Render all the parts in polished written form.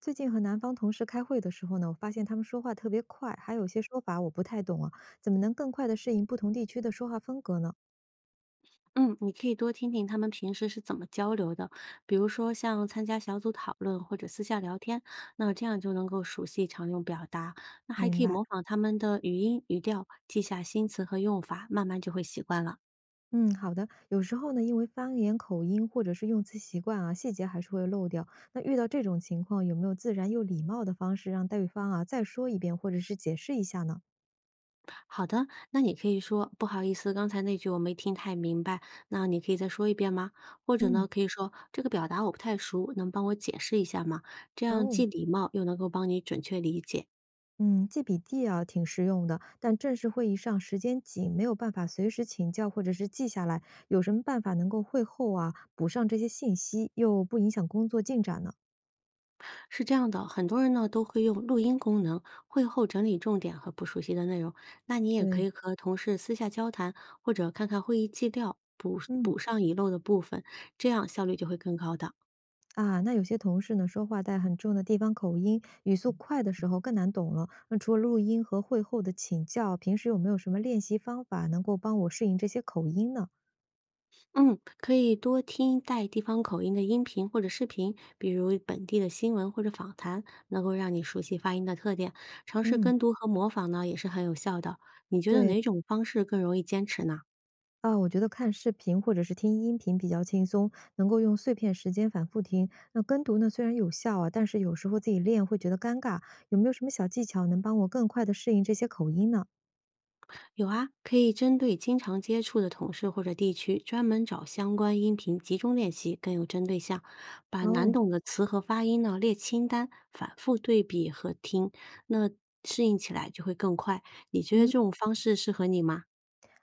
最近和南方同事开会的时候呢，我发现他们说话特别快，还有些说法我不太懂啊，怎么能更快的适应不同地区的说话风格呢？嗯，你可以多听听他们平时是怎么交流的，比如说像参加小组讨论或者私下聊天，那这样就能够熟悉常用表达。那还明可以白，模仿他们的语音语调，记下新词和用法，慢慢就会习惯了。嗯，好的。有时候呢，因为方言、口音或者是用词习惯啊，细节还是会漏掉。那遇到这种情况，有没有自然又礼貌的方式让对方啊再说一遍，或者是解释一下呢？好的，那你可以说不好意思，刚才那句我没听太明白，那你可以再说一遍吗？或者呢，嗯。可以说这个表达我不太熟，能帮我解释一下吗？这样哦，既礼貌又能够帮你准确理解。嗯，记笔记啊，挺实用的。但正式会议上时间紧，没有办法随时请教或者是记下来，有什么办法能够会后啊补上这些信息，又不影响工作进展呢？是这样的，很多人呢都会用录音功能，会后整理重点和不熟悉的内容。那你也可对，以和同事私下交谈，或者看看会议纪要，补嗯补上遗漏的部分，这样效率就会更高的。啊，那有些同事呢说话带很重的地方口音，语速快的时候更难懂了。那除了录音和会后的请教，平时有没有什么练习方法能够帮我适应这些口音呢？嗯，可以多听带地方口音的音频或者视频，比如本地的新闻或者访谈，能够让你熟悉发音的特点。尝试嗯，跟读和模仿呢，也是很有效的。你觉得对。哪种方式更容易坚持呢？啊，我觉得看视频或者是听音频比较轻松，能够用碎片时间反复听。那跟读呢，虽然有效啊，但是有时候自己练会觉得尴尬。有没有什么小技巧能帮我更快的适应这些口音呢？有啊，可以针对经常接触的同事或者地区，专门找相关音频集中练习，更有针对性。把难哦，懂的词和发音呢列清单，反复对比和听，那适应起来就会更快。你觉得嗯，这种方式适合你吗？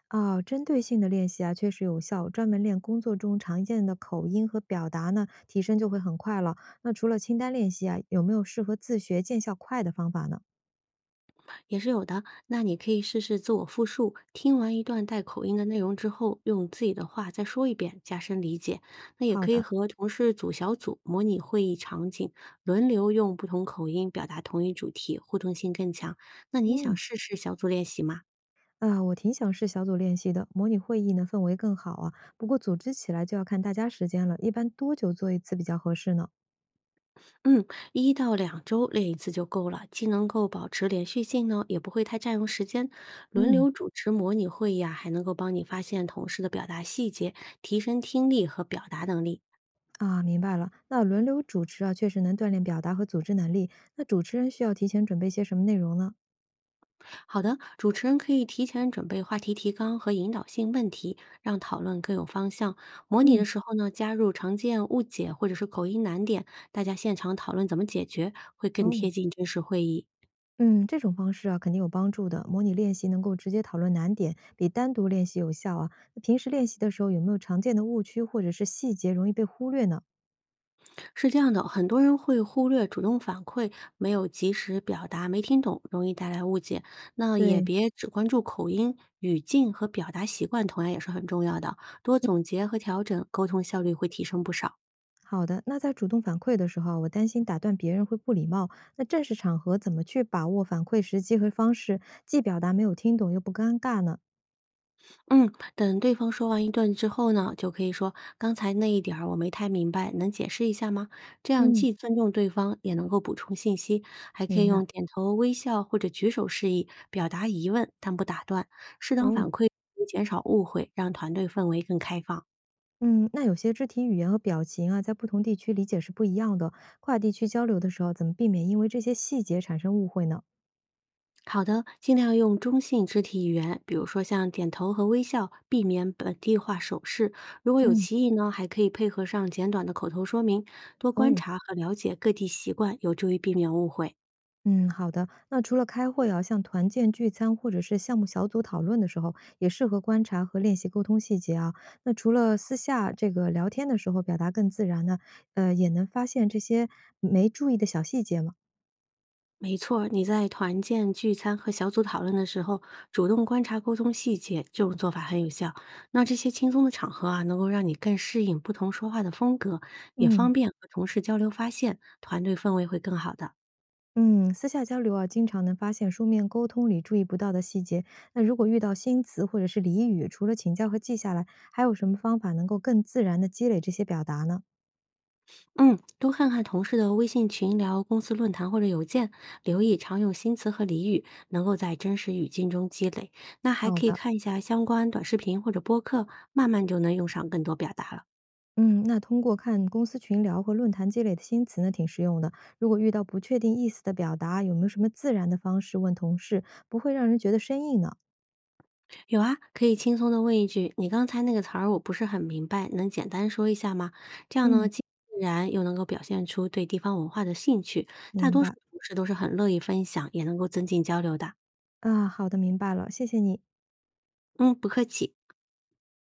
啊，针对性的练习啊，确实有效。专门练工作中常见的口音和表达呢，提升就会很快了。那除了清单练习啊，有没有适合自学见效快的方法呢？也是有的。那你可以试试自我复述，听完一段带口音的内容之后，用自己的话再说一遍，加深理解。那也好可以的，和同事组小组，模拟会议场景，轮流用不同口音表达同一主题，互动性更强。那你想嗯。试试小组练习吗？啊，我挺想试小组练习的，模拟会议呢氛围更好啊。不过组织起来就要看大家时间了，一般多久做一次比较合适呢？嗯，1到2周练一次就够了，既能够保持连续性呢，也不会太占用时间。轮嗯，流主持模拟会议啊，还能够帮你发现同事的表达细节，提升听力和表达能力。啊，明白了。那轮流主持啊，确实能锻炼表达和组织能力。那主持人需要提前准备些什么内容呢？好的，主持人可以提前准备话题提纲和引导性问题，让讨论更有方向。模拟的嗯，时候呢，加入常见误解或者是口音难点，大家现场讨论怎么解决，会更贴哦，近真实会议。嗯，这种方式啊，肯定有帮助的。模拟练习能够直接讨论难点，比单独练习有效啊。那平时练习的时候有没有常见的误区或者是细节容易被忽略呢？是这样的，很多人会忽略主动反馈，没有及时表达没听懂，容易带来误解。那也对，别只关注口音、语境和表达习惯，同样也是很重要的。多总结和调整，沟通效率会提升不少。好的，那在主动反馈的时候啊我担心打断别人会不礼貌。那正式场合怎么去把握反馈时机和方式，既表达没有听懂又不尴尬呢？嗯，等对方说完一段之后呢，就可以说刚才那一点儿我没太明白，能解释一下吗？这样嗯，既尊重对方，也能够补充信息，还可以明白。用点头、微笑或者举手示意表达疑问，但不打断，适当反哦，馈，减少误会，让团队氛围更开放。嗯，那有些肢体语言和表情啊，在不同地区理解是不一样的。跨地区交流的时候，怎么避免因为这些细节产生误会呢？好的，尽量用中性肢体语言，比如说像点头和微笑，避免本地化手势。如果有嗯，歧义呢，还可以配合上简短的口头说明，多观哦。察和了解各地习惯，有助于避免误会。嗯，好的。那除了开会啊，像团建聚餐或者是项目小组讨论的时候，也适合观察和练习沟通细节啊。那除了私下这个聊天的时候表达更自然呢，也能发现这些没注意的小细节嘛。没错儿你在团建、聚餐和小组讨论的时候，主动观察沟通细节，这种做法很有效。那这些轻松的场合啊，能够让你更适应不同说话的风格，也方嗯便和同事交流发现，团队氛围会更好的。嗯，私下交流啊，经常能发现书面沟通里注意不到的细节。那如果遇到新词或者是俚语，除了请教和记下来，还有什么方法能够更自然的积累这些表达呢？嗯，多看看同事的微信群聊、公司论坛或者邮件，留意常用新词和俚语，能够在真实语境中积累。那还好可以的。看一下相关短视频或者播客，慢慢就能用上更多表达了。嗯，那通过看公司群聊和论坛积累的新词呢，挺实用的。如果遇到不确定意思的表达，有没有什么自然的方式问同事，不会让人觉得生硬呢？有啊，可以轻松的问一句：“你刚才那个词儿我不是很明白，能简单说一下吗？”这样呢，嗯，既自然又能够表现出对地方文化的兴趣。大明多数白。同事都是很乐意分享，也能够增进交流的。啊，好的，明白了，谢谢你。嗯，不客气。